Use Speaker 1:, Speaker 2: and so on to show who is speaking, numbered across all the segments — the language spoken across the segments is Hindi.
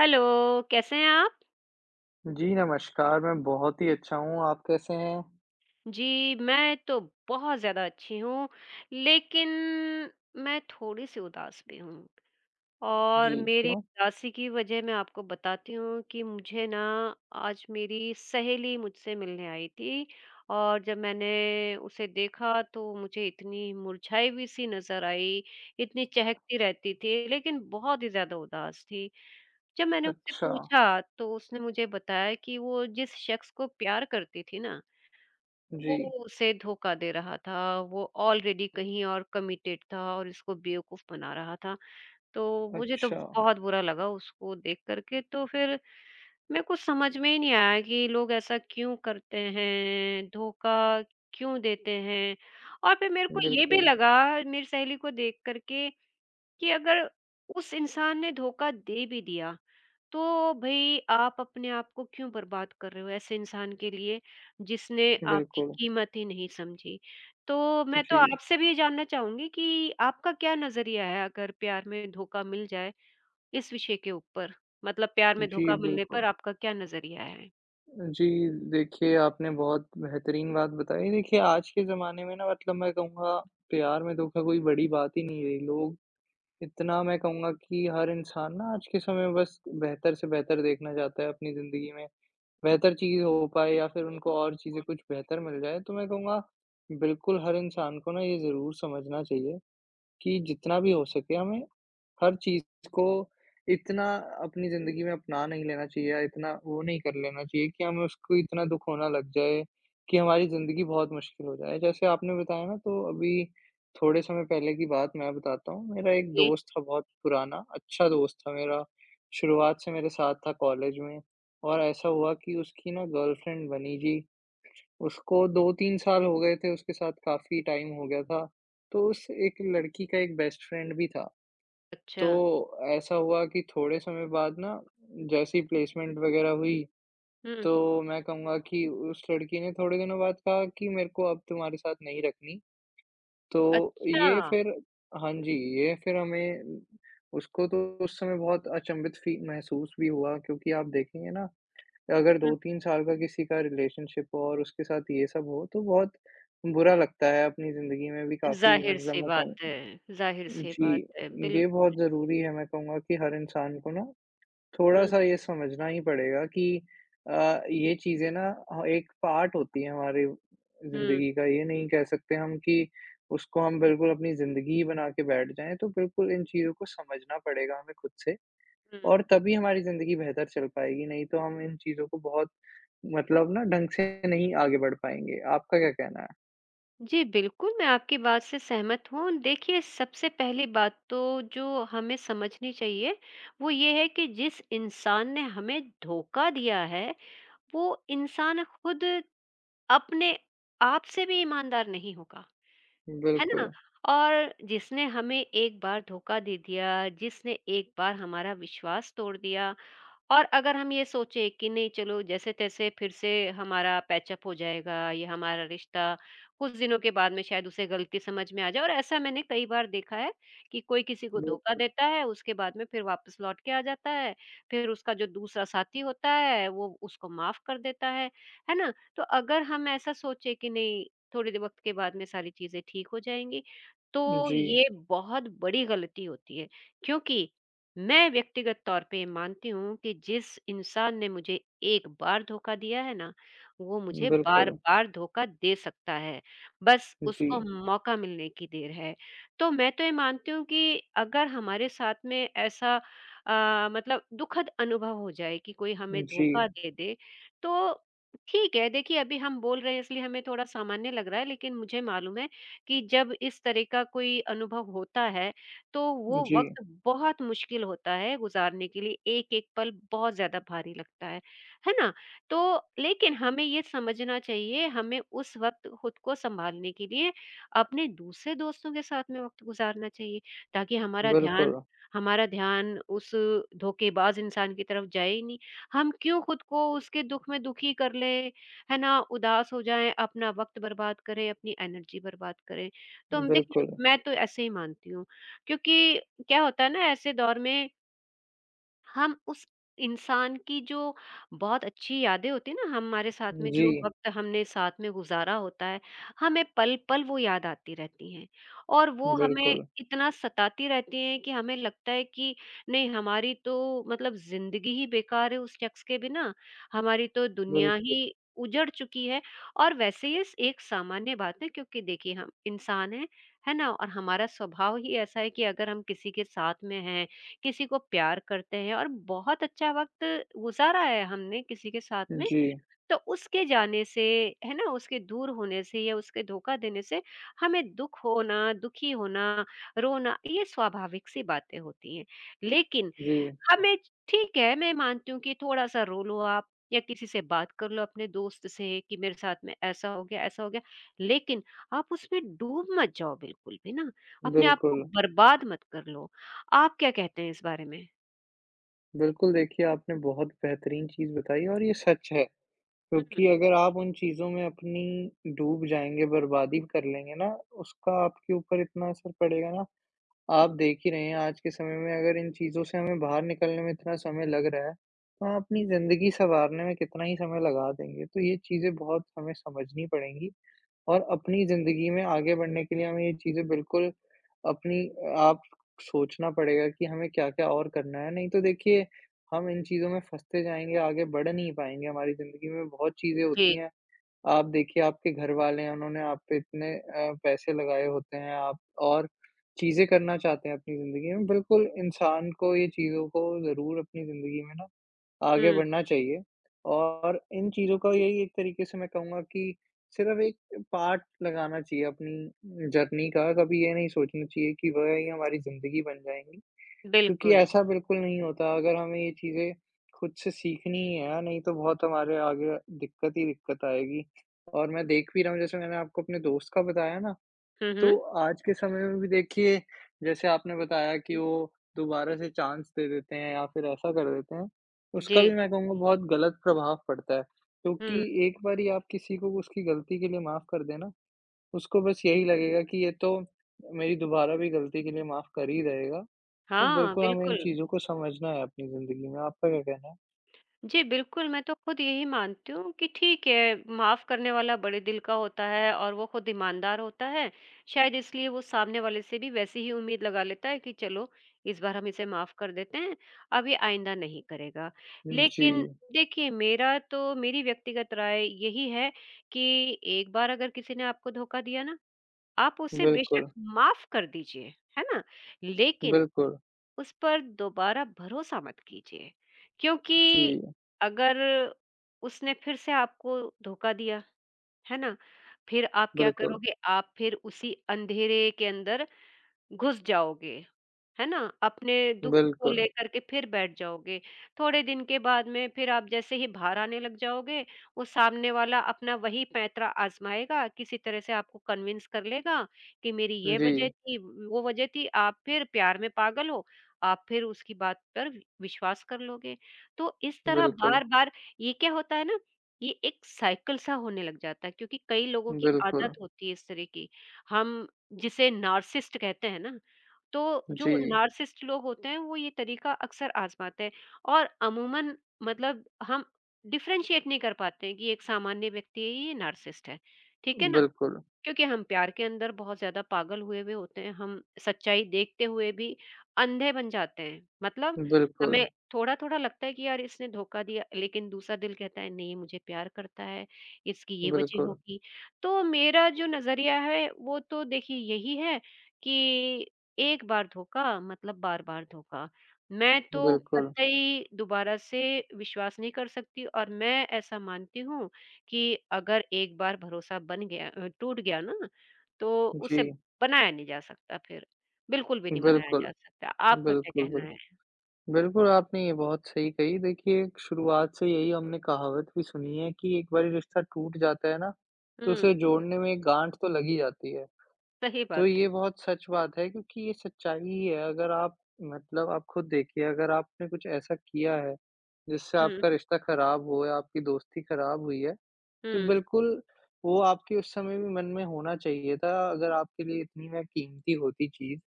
Speaker 1: हेलो, कैसे हैं आप?
Speaker 2: जी, नमस्कार, मैं बहुत ही अच्छा हूँ, आप कैसे हैं?
Speaker 1: जी, मैं तो बहुत ज़्यादा अच्छी हूँ, लेकिन मैं थोड़ी-सी उदास भी हूँ और
Speaker 2: जी,
Speaker 1: मेरी
Speaker 2: क्यों?
Speaker 1: उदासी की वजह मैं आपको बताती हूँ कि मुझे ना आज मेरी सहेली मुझसे मिलने आई थी और जब मैंने उसे देखा तो मुझे इतनी मुरझाई हुई-सी नज़र आई, इतनी चहकती रहती थी, लेकिन बहुत ही ज़्यादा उदास थी। जब मैंने उससे
Speaker 2: अच्छा,
Speaker 1: पूछा, तो उसने मुझे बताया कि वो जिस शख्स को प्यार करती थी ना वो
Speaker 2: जी,
Speaker 1: उसे धोखा दे रहा था, वो ऑलरेडी कहीं और कमिटेड था और इसको बेवकूफ़ बना रहा था। तो मुझे तो
Speaker 2: अच्छा,
Speaker 1: बहुत बुरा लगा उसको देख कर के तो फिर मेरे को समझ में ही नहीं आया कि लोग ऐसा क्यों करते हैं, धोखा क्यों देते हैं? और फिर मेरे को ये भी
Speaker 2: बिल्कुल,
Speaker 1: लगा मेरी सहेली को देख कर के कि अगर उस इंसान ने धोखा दे भी दिया तो भई आप अपने आप को क्यों बर्बाद कर रहे हो ऐसे इंसान के लिए जिसने आपकी
Speaker 2: बिल्कुल,
Speaker 1: कीमत ही नहीं समझी? तो मैं तो
Speaker 2: जी,
Speaker 1: आपसे भी ये जानना चाहूँगी कि आपका क्या नज़रिया है अगर प्यार में धोखा मिल जाए इस विषय के ऊपर? मतलब प्यार में
Speaker 2: जी,
Speaker 1: धोखा मिलने पर
Speaker 2: बिल्कुल।
Speaker 1: आपका क्या नज़रिया है?
Speaker 2: जी, देखिए आपने बहुत बेहतरीन बात बताई, देखिए आज के ज़माने में ना मतलब मैं कहूँगा प्यार में धोखा कोई बड़ी बात ही नहीं रही, लोग इतना मैं कहूँगा कि हर इंसान ना आज के समय में बस बेहतर से बेहतर देखना चाहता है अपनी ज़िंदगी में। बेहतर चीज़ हो पाए या फिर उनको और चीज़ें कुछ बेहतर मिल जाए, तो मैं कहूँगा बिल्कुल हर इंसान को ना ये ज़रूर समझना चाहिए कि जितना भी हो सके हमें हर चीज़ को इतना अपनी ज़िंदगी में अपना नहीं लेना चाहिए या इतना वो नहीं कर लेना चाहिए कि हमें उसको इतना दुःख होने लग जाए, कि हमारी ज़िंदगी बहुत मुश्किल हो जाए। जैसे आपने बताया ना तो अभी थोड़े समय पहले की बात मैं बताता हूँ, मेरा एक
Speaker 1: जी,
Speaker 2: दोस्त था बहुत पुराना, अच्छा दोस्त था मेरा, शुरुआत से मेरे साथ था कॉलेज में और ऐसा हुआ कि उसकी ना गर्लफ्रेंड बनी जी, उसको 2-3 साल हो गए थे उसके साथ काफ़ी टाइम हो गया था। तो उस एक लड़की का एक बेस्ट फ्रेंड भी था
Speaker 1: अच्छा।
Speaker 2: तो ऐसा हुआ कि थोड़े समय बाद ना जैसे ही प्लेसमेंट वगैरह हुई,
Speaker 1: हुँ,
Speaker 2: तो मैं कहूँगा कि उस लड़की ने थोड़े दिनों बाद कहा कि मेरे को अब तुम्हारे साथ नहीं रखनी। तो
Speaker 1: अच्छा।
Speaker 2: ये फिर हाँ जी, ये फिर हमें उसको तो उस समय बहुत अचंभित फी महसूस भी हुआ क्योंकि आप देखेंगे ना अगर
Speaker 1: हुँ,
Speaker 2: 2-3 साल का किसी का रिलेशनशिप हो और उसके साथ ये सब हो, तो बहुत बुरा लगता है अपनी ज़िंदगी में भी काफ़ी मतलब मैं कहूँ
Speaker 1: ज़ाहिर-सी
Speaker 2: जी,
Speaker 1: बात है,
Speaker 2: ये बहुत
Speaker 1: बिल्कुल।
Speaker 2: ज़रूरी है मैं कहूँगा कि हर इंसान को ना
Speaker 1: हुँ,
Speaker 2: थोड़ा-सा ये समझना ही पड़ेगा कि ये चीज़ें ना ह एक पार्ट होती है हमारी
Speaker 1: हुँ,
Speaker 2: ज़िंदगी का। ये नहीं कह सकते हम कि उसको हम बिल्कुल अपनी ज़िंदगी ही बना के बैठ जाएँ, तो बिल्कुल इन चीज़ों को समझना पड़ेगा हमें खुद से
Speaker 1: हुँ।
Speaker 2: और तभी हमारी ज़िंदगी बेहतर चल पाएगी, नहीं तो हम इन चीज़ों को बहुत मतलब ना ढंग से नहीं आगे बढ़ पाएँगे। आपका क्या कहना है?
Speaker 1: जी, बिल्कुल, मैं आपकी बात से सहमत हूँ। देखिए, सबसे पहली बात तो जो हमें समझनी चाहिए, वो ये है कि जिस इंसान ने हमें धोखा दिया है, वो इंसान खुद अपने आप से भी ईमानदार नहीं होगा, है ना?
Speaker 2: बिल्कुल।
Speaker 1: और जिसने हमें एक बार धोखा दे दिया, जिसने एक बार हमारा विश्वास तोड़ दिया और अगर हम ये सोचे कि नहीं चलो जैसे-तैसे फिर से हमारा पैचअप हो जाएगा, ये हमारा रिश्ता कुछ दिनों के बाद में शायद उसे गलती समझ में आ जाए और ऐसा मैंने कई बार देखा है कि कोई किसी को धोखा देता है, उसके बाद में फिर वापस लौट के आ जाता है, फिर उसका जो दूसरा साथी होता है, वो उसको माफ़ कर देता है ना? तो अगर हम ऐसा सोचे कि नहीं थोड़े दे वक़्त के बाद में सारी चीज़ें ठीक हो जाएँगी, तो
Speaker 2: जी,
Speaker 1: ये बहुत बड़ी गलती होती है क्योंकि मैं व्यक्तिगत तौर पे मानती हूँ कि जिस इंसान ने मुझे एक बार धोखा दिया है ना, वो मुझे
Speaker 2: बिल्कुल।
Speaker 1: बार-बार धोखा दे सकता है। बस उसको
Speaker 2: जी,
Speaker 1: मौका मिलने की देर है। तो मैं तो ये मानती हूँ कि अगर हमारे साथ में ऐसा मतलब दुखद अनुभव हो जाए कि कोई हमें
Speaker 2: जी।
Speaker 1: धोखा दे दे, तो ठीक है, देखिए अभी हम बोल रहे हैं इसलिए हमें थोड़ा सामान्य लग रहा है, लेकिन मुझे मालूम है कि जब इस तरह का कोई अनुभव होता है, तो वो
Speaker 2: जी,
Speaker 1: वक़्त बहुत मुश्किल होता है गुज़ारने के लिए, एक-एक पल बहुत ज़्यादा भारी लगता है ना? तो लेकिन हमें ये समझना चाहिए, हमें उस वक़्त खुद को सँभालने के लिए अपने दूसरे दोस्तों के साथ में वक़्त गुज़ारना चाहिए, ताकि
Speaker 2: बिल्कुल,
Speaker 1: हमारा ध्यान उस धोखेबाज़ इंसान की तरफ जाए ही नहीं। हम क्यों खुद को उसके दुःख में दुखी कर लें, है ना? उदास हो जाएँ, अपना वक़्त बर्बाद करें, अपनी एनर्जी बर्बाद करें। तो हम देखिए,
Speaker 2: बिल्कुल।
Speaker 1: मैं तो ऐसे ही मानती हूँ क्योंकि क्या होता है ना ऐसे दौर में हम उस इंसान की जो बहुत अच्छी यादें होती हैं ना, हमारे साथ में जो
Speaker 2: जी,
Speaker 1: वक़्त हमने साथ में गुज़ारा होता है, हमें पल-पल वो याद आती रहती हैं और वो हमें
Speaker 2: बिल्कुल,
Speaker 1: इतना सताती रहती हैं कि हमें लगता है कि नहीं हमारी तो मतलब ज़िंदगी ही बेकार है उस शख़्स के बिना, हमारी तो दुनिया
Speaker 2: बिल्कुल।
Speaker 1: ही उजड़ चुकी है और वैसे ये एक सामान्य बात है क्योंकि देखिए हम इंसान हैं, है ना? और हमारा स्वभाव ही ऐसा है कि अगर हम किसी के साथ में हैं, किसी को प्यार करते हैं और बहुत अच्छा वक़्त गुज़ारा है हमने किसी के साथ में,
Speaker 2: जी,
Speaker 1: तो उसके जाने से, है ना? उसके दूर होने से या उसके धोखा देने से हमें दुःख होना, दुखी होना, रोना, ये स्वाभाविक-सी बातें होती हैं। लेकिन
Speaker 2: जी,
Speaker 1: हमें ठीक है, मैं मानती हूँ कि थोड़ा-सा रो लो आप या किसी से बात कर लो अपने दोस्त से कि मेरे साथ में ऐसा हो गया, ऐसा हो गया। लेकिन आप उसमें डूब मत जाओ बिल्कुल भी ना, अपने आप को
Speaker 2: बिल्कुल।
Speaker 1: बर्बाद मत कर लो। आप क्या कहते हैं इस बारे में?
Speaker 2: बिल्कुल, देखिए आपने बहुत बेहतरीन चीज़ बताई और ये सच है,
Speaker 1: हुँ।
Speaker 2: क्योंकि अगर आप उन चीज़ों में अपनी डूब जाएँगे, बर्बादी कर लेंगे ना, उसका आपके ऊपर इतना असर पड़ेगा ना, आप देख ही रहे हैं आज के समय में अगर इन चीज़ों से हमें बाहर निकलने में इतना समय लग रहा है, तो हम अपनी ज़िंदगी सँवारने में कितना ही समय लगा देंगे। तो ये चीज़ें बहुत हमें समझनी पड़ेंगी। और अपनी ज़िंदगी में आगे बढ़ने के लिए हमें ये चीज़ें बिल्कुल अपनी आप सोचना पड़ेगा कि हमें क्या-क्या और करना है। नहीं तो देखिए, हम इन चीज़ों में फँसते जाएँगे, आगे बढ़ नहीं पाएँगे। हमारी ज़िंदगी में बहुत चीज़ें
Speaker 1: जी।
Speaker 2: होती हैं। आप देखिए आपके घरवाले हैं, उन्होंने आप पे इतने पैसे लगाए होते हैं, आप और चीज़ें करना चाहते हैं अपनी ज़िंदगी में। बिल्कुल इंसान को ये चीज़ों को ज़रूर अपनी ज़िंदगी में ना आगे
Speaker 1: हुँ,
Speaker 2: बढ़ना चाहिए और इन चीज़ों का यही एक तरीके से मैं कहूँगा कि सिर्फ़ एक पार्ट लगाना चाहिए अपनी जर्नी का, कभी ये नहीं सोचना चाहिए कि वह ही हमारी ज़िंदगी बन जाएँगी, क्योंकि
Speaker 1: बिल्कुल।
Speaker 2: ऐसा बिल्कुल नहीं होता। अगर हमें ये चीज़ें खुद से सीखनी ही है, नहीं तो बहुत हमारे आगे दिक्कत ही दिक्कत आएगी और मैं देख भी रहा हूँ, जैसे मैंने आपको अपने दोस्त का बताया ना,
Speaker 1: हुँ, हुँ।
Speaker 2: तो आज के समय में भी देखिए, जैसे आपने बताया कि वो दोबारा से चांस दे देते हैं या फिर ऐसा कर देते हैं,
Speaker 1: जी।
Speaker 2: उसका भी मैं कहूँगा बहुत गलत प्रभाव पड़ता है। क्योंकि
Speaker 1: हुँ,
Speaker 2: एक बारी आप किसी को उसकी गलती के लिए माफ़ कर दें ना, उसको बस यही लगेगा कि ये तो मेरी दोबारा भी गलती के लिए माफ़ कर ही देगा। तो
Speaker 1: हाँ,
Speaker 2: बिल्कुल हमें
Speaker 1: बिल्कुल।
Speaker 2: इन चीज़ों को समझना है अपनी ज़िंदगी में। आपका क्या कहना है?
Speaker 1: जी, बिल्कुल, मैं तो खुद यही मानती हूँ कि ठीक है, माफ़ करने वाला बड़े दिल का होता है और वो खुद ईमानदार होता है। शायद इसलिए वो सामने वाले से भी वैसी ही उम्मीद लगा लेता है कि चलो, इस बार हम इसे माफ़ कर देते हैं, अब ये आइंदा नहीं करेगा।
Speaker 2: जी,
Speaker 1: लेकिन देखिए, मेरा तो मेरी व्यक्तिगत राय यही है कि एक बार अगर किसी ने आपको धोखा दिया ना आप उसे बेशक
Speaker 2: बिल्कुल,
Speaker 1: माफ कर दीजिए, है ना? लेकिन
Speaker 2: बिल्कुल।
Speaker 1: उस पर दोबारा भरोसा मत कीजिए, क्योंकि
Speaker 2: जी,
Speaker 1: अगर उसने फिर से आपको धोखा दिया, है ना? फिर आप क्या
Speaker 2: बिल्कुल,
Speaker 1: करोगे? आप फिर उसी अंधेरे के अंदर घुस जाओगे। है ना? अपने दुःख को
Speaker 2: बिल्कुल।
Speaker 1: लेकर के फिर बैठ जाओगे। थोड़े दिन के बाद में फिर आप जैसे ही बाहर आने लग जाओगे, वो सामने वाला अपना वही पैंतरा आज़माएगा, किसी तरह से आपको कन्विंस कर लेगा कि मेरी ये वजह
Speaker 2: जी,
Speaker 1: थी, वो वजह थी, आप फिर प्यार में पागल हो, आप फिर उसकी बात पर विश्वास कर लोगे। तो इस तरह
Speaker 2: बिल्कुल,
Speaker 1: बार-बार ये क्या होता है ना, ये एक साइकिल सा होने लग जाता है क्योंकि कई लोगों की
Speaker 2: बिल्कुल।
Speaker 1: आदत होती है इस तरह की। हम जिसे नार्सिसिस्ट कहते हैं ना तो जो
Speaker 2: जी,
Speaker 1: नार्सिसिस्ट लोग होते हैं वो ये तरीका अक्सर आज़माते हैं और अमूमन मतलब हम डिफ़रेंशिएट नहीं कर पाते हैं कि एक सामान्य व्यक्ति है, ये नार्सिसिस्ट है। ठीक है ना?
Speaker 2: बिल्कुल,
Speaker 1: क्योंकि हम प्यार के अंदर बहुत ज़्यादा पागल हुए हुए होते हैं, हम सच्चाई देखते हुए भी अंधे बन जाते हैं। मतलब
Speaker 2: बिल्कुल,
Speaker 1: हमें थोड़ा-थोड़ा लगता है कि यार इसने धोखा दिया, लेकिन दूसरा दिल कहता है नहीं ये मुझे प्यार करता है, इसकी ये वजह
Speaker 2: बिल्कुल,
Speaker 1: होगी। तो मेरा जो नज़रिया है वो तो देखिए यही है कि एक बार धोखा मतलब बार-बार धोखा। मैं तो
Speaker 2: बिल्कुल।
Speaker 1: कतई दोबारा से विश्वास नहीं कर सकती और मैं ऐसा मानती हूँ कि अगर एक बार भरोसा बन गया टूट गया ना, तो
Speaker 2: जी,
Speaker 1: उसे बनाया नहीं जा सकता फिर, बिल्कुल भी नहीं बनाया
Speaker 2: बिल्कुल,
Speaker 1: जा सकता। आपका क्या
Speaker 2: बिल्कुल,
Speaker 1: कहना है?
Speaker 2: बिल्कुल, आपने ये बहुत सही कही। देखिए, एक शुरुआत से यही हमने कहावत भी सुनी है कि एक बारी रिश्ता टूट जाता है ना, तो
Speaker 1: हुँ,
Speaker 2: उसे जोड़ने में एक गाँठ तो लग ही जाती है।
Speaker 1: सही
Speaker 2: तो
Speaker 1: बात
Speaker 2: ये
Speaker 1: है।
Speaker 2: बहुत सच बात है क्योंकि ये सच्चाई ही है। अगर आप मतलब आप खुद देखिए, अगर आपने कुछ ऐसा किया है, जिससे
Speaker 1: हुँ,
Speaker 2: आपका रिश्ता खराब हुआ है, आपकी दोस्ती खराब हुई है तो
Speaker 1: हुँ,
Speaker 2: बिल्कुल, वो आपके उस समय भी मन में होना चाहिए था, अगर आपके लिए इतनी में कीमती होती चीज़,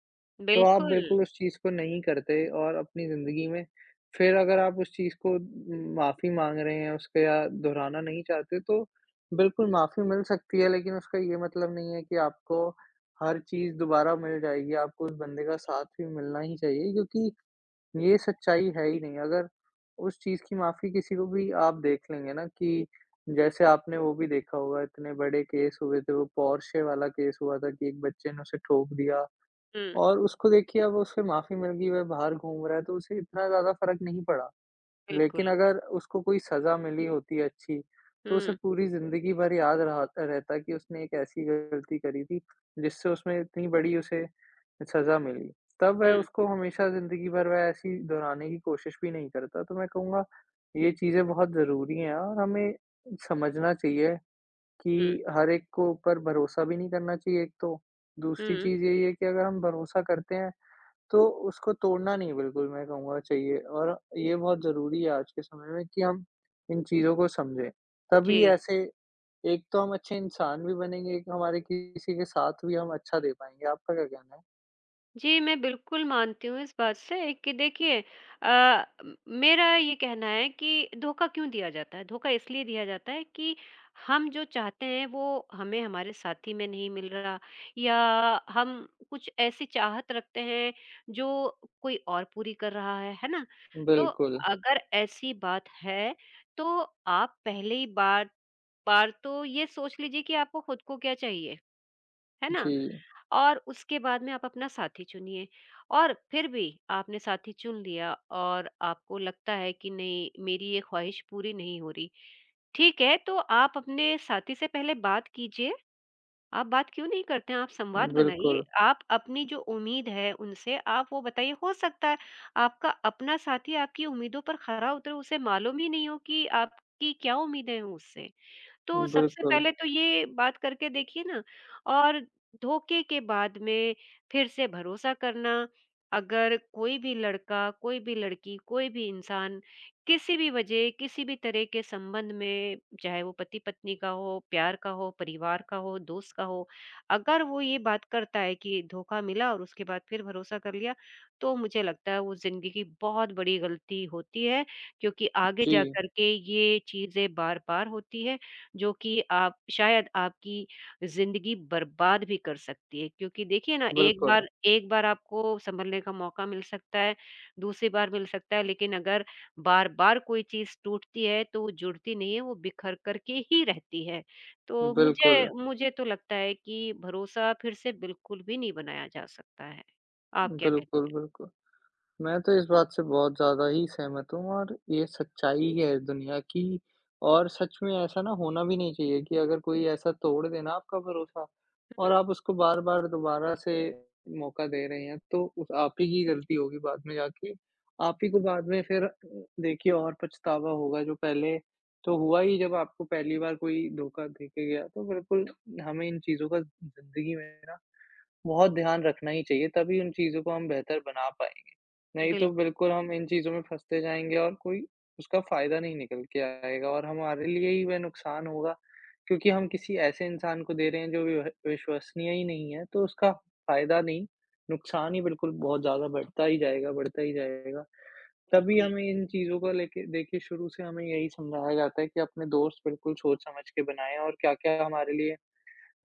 Speaker 2: तो आप
Speaker 1: बिल्कुल।
Speaker 2: बिल्कुल उस चीज़ को नहीं करते और अपनी ज़िंदगी में फिर अगर आप उस चीज़ को माफ़ी माँग रहे हैं उसके या दोहराना नहीं चाहते, तो बिल्कुल माफ़ी मिल सकती है, लेकिन उसका ये मतलब नहीं है कि आपको हर चीज़ दोबारा मिल जाएगी, आपको उस बंदे का साथ भी मिलना ही चाहिए क्योंकि ये सच्चाई है ही नहीं। अगर उस चीज़ की माफ़ी किसी को भी आप देख लेंगे ना कि जैसे आपने वो भी देखा होगा इतने बड़े केस हुए थे, वो पोर्शे वाला केस हुआ था कि एक बच्चे ने उसे ठोक दिया
Speaker 1: हुँ,
Speaker 2: और उसको देखिए अब उसे माफ़ी मिल गई, वह बाहर घूम रहा है तो उसे इतना ज़्यादा फ़र्क नहीं पड़ा।
Speaker 1: बिल्कुल।
Speaker 2: लेकिन अगर उसको कोई सज़ा मिली होती अच्छी, तो उसे
Speaker 1: हुँ,
Speaker 2: पूरी ज़िंदगी भर याद रहा रहता कि उसने एक ऐसी गलती करी थी, जिससे उसमें इतनी बड़ी उसे सज़ा मिली। तब वह
Speaker 1: हुँ,
Speaker 2: उसको हमेशा ज़िंदगी भर वह ऐसी दोहराने की कोशिश भी नहीं करता। तो मैं कहूँगा ये चीज़ें बहुत ज़रूरी हैं और हमें समझना चाहिए कि
Speaker 1: हुँ,
Speaker 2: हर एक को ऊपर भरोसा भी नहीं करना चाहिए एक तो। दूसरी
Speaker 1: हुँ,
Speaker 2: चीज़ यही है कि अगर हम भरोसा करते हैं तो उसको तोड़ना नहीं बिल्कुल मैं कहूँगा चाहिए और ये बहुत ज़रूरी है आज के समय में कि हम इन चीज़ों को समझें। तभी
Speaker 1: जी।
Speaker 2: ऐसे एक तो हम अच्छे इंसान भी बनेंगे, एक हमारे किसी के साथ भी हम अच्छा दे पाएँगे। आपका क्या कहना है?
Speaker 1: जी, मैं बिल्कुल मानती हूँ इस बात से कि देखिए अ, म मेरा ये कहना है कि धोखा क्यों दिया जाता है? धोखा इसलिए दिया जाता है कि हम जो चाहते हैं वो हमें हमारे साथी में नहीं मिल रहा या हम कुछ ऐसी चाहत रखते हैं जो कोई और पूरी कर रहा है ना? तो
Speaker 2: बिल्कुल।
Speaker 1: अगर ऐसी बात है तो आप पहले ही बार बार तो ये सोच लीजिए कि आपको खुद को क्या चाहिए, है ना?
Speaker 2: जी।
Speaker 1: और उसके बाद में आप अपना साथी चुनिए और फिर भी आपने साथी चुन लिया और आपको लगता है कि नहीं मेरी ये ख्वाहिश पूरी नहीं हो रही, ठीक है, तो आप अपने साथी से पहले बात कीजिए। आप बात क्यों नहीं करते हैं? आप संवाद बनाइए,
Speaker 2: बिल्कुल,
Speaker 1: आप अपनी जो उम्मीद है उनसे आप वो बताइए। हो सकता है आपका अपना साथी आपकी उम्मीदों पर खरा उतरे, उसे मालूम ही नहीं हो कि आपकी क्या उम्मीदें हैं उससे। तो सबसे
Speaker 2: बिल्कुल।
Speaker 1: पहले तो ये बात करके देखिए ना और धोखे के बाद में फिर से भरोसा करना, अगर कोई भी लड़का, कोई भी लड़की, कोई भी इंसान किसी भी वजह, किसी भी तरह के संबंध में, चाहे वो पति-पत्नी का हो, प्यार का हो, परिवार का हो, दोस्त का हो, अगर वो ये बात करता है कि धोखा मिला और उसके बाद फिर भरोसा कर लिया, तो मुझे लगता है वो ज़िंदगी की बहुत बड़ी गलती होती है, क्योंकि आगे जा
Speaker 2: जी,
Speaker 1: कर के ये चीज़ें बार-बार होती है जो कि आप शायद आपकी ज़िंदगी बर्बाद भी कर सकती है क्योंकि देखिए ना
Speaker 2: बिल्कुल,
Speaker 1: एक बार आपको संभलने का मौका मिल सकता है, दूसरी बार मिल सकता है लेकिन अगर बार-बार कोई चीज़ टूटती है तो वो जुड़ती नहीं है, वो बिखर कर के ही रहती है। तो मुझे
Speaker 2: बिल्कुल,
Speaker 1: मुझे तो लगता है कि भरोसा फिर से बिल्कुल भी नहीं बनाया जा सकता है। आप क्या
Speaker 2: बिल्कुल,
Speaker 1: कहते
Speaker 2: बिल्कुल। मैं तो इस बात से बहुत ज़्यादा ही सहमत हूँ और ये सच्चाई ही है इस दुनिया की और सच में ऐसा ना होना भी नहीं चाहिए कि अगर कोई ऐसा तोड़ दे ना आपका भरोसा
Speaker 1: हैं?
Speaker 2: और
Speaker 1: हुँ,
Speaker 2: आप उसको बार-बार दोबारा से मौका दे रहे हैं, तो उस आप ही की गलती होगी बाद में जाके। आप ही को बाद में फिर देखिए और पछतावा होगा जो पहले तो हुआ ही जब आपको पहली बार कोई धोखा देके गया। तो बिल्कुल हमें इन चीज़ों का ज़िंदगी में ना बहुत ध्यान रखना ही चाहिए, तभी उन चीज़ों को हम बेहतर बना पाएँ। नहीं तो
Speaker 1: बिल्कुल,
Speaker 2: बिल्कुल हम इन चीज़ों में फँसते जाएँगे और कोई उसका फ़ायदा नहीं निकल के आएगा और हमारे लिए ही वह नुकसान होगा, क्योंकि हम किसी ऐसे इंसान को दे रहे हैं जो विह विश्वसनीय ही नहीं है, तो उसका फ़ायदा नहीं, नुकसान ही बिल्कुल बहुत ज़्यादा बढ़ता ही जाएगा, बढ़ता ही जाएगा। तभी
Speaker 1: बिल्कुल।
Speaker 2: हमें इन चीज़ों को लेके देखिए शुरू से हमें यही समझाया जाता है कि अपने दोस्त बिल्कुल सोच-समझ के बनाएँ और क्या-क्या हमारे लिए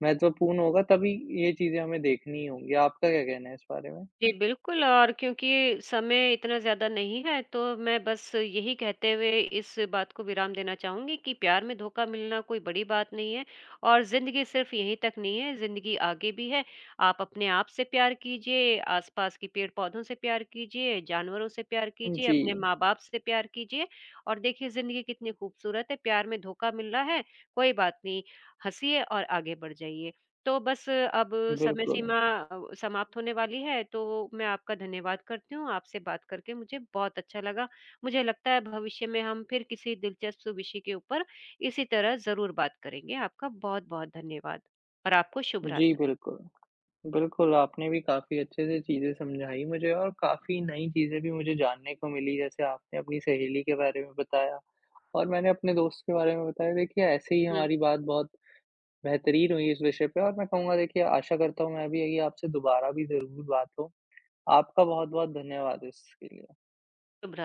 Speaker 2: महत्वपूर्ण होगा, तभी ये चीज़ें हमें देखनी होंगी। आपका क्या कहना है इस बारे में?
Speaker 1: जी, बिल्कुल और क्योंकि समय इतना ज़्यादा नहीं है, तो मैं बस यही कहते हुए इस बात को विराम देना चाहूँगी कि प्यार में धोखा मिलना कोई बड़ी बात नहीं है और ज़िंदगी सिर्फ़ यहीं तक नहीं है, ज़िंदगी आगे भी है। आप अपने आप से प्यार कीजिए, आस-पास के पेड़-पौधों से प्यार कीजिए, जानवरों से प्यार कीजिए, अपने
Speaker 2: जी,
Speaker 1: माँ-बाप से प्यार कीजिए और देखिए ज़िंदगी कितनी खूबसूरत है। प्यार में धोखा मिल रहा है, कोई बात नहीं, हँसिए और आगे बढ़ जाइए। तो बस अब समय
Speaker 2: बिल्कुल।
Speaker 1: सीमा समाप्त होने वाली है, तो मैं आपका धन्यवाद करती हूँ। आपसे बात करके मुझे बहुत अच्छा लगा। मुझे लगता है भविष्य में हम फिर किसी दिलचस्प विषय के ऊपर इसी तरह ज़रूर बात करेंगे। आपका बहुत-बहुत धन्यवाद और आपको शुभ
Speaker 2: जी,
Speaker 1: रात्रि।
Speaker 2: बिल्कुल। बिल्कुल, आपने भी काफ़ी अच्छे से चीज़ें समझाई मुझे और काफ़ी नई चीज़ें भी मुझे जानने को मिली, जैसे आपने अपनी सहेली के बारे में बताया और मैंने अपने दोस्त के बारे में बताया। देखिए, ऐसे ही
Speaker 1: हुँ,
Speaker 2: हमारी बात बहुत बेहतरीन हुई इस विषय पे और मैं कहूँगा देखिए आशा करता हूँ मैं भी यही आपसे दोबारा भी ज़रूर बात हो। आपका बहुत-बहुत धन्यवाद इसके लिए।
Speaker 1: शुभ रात्रि।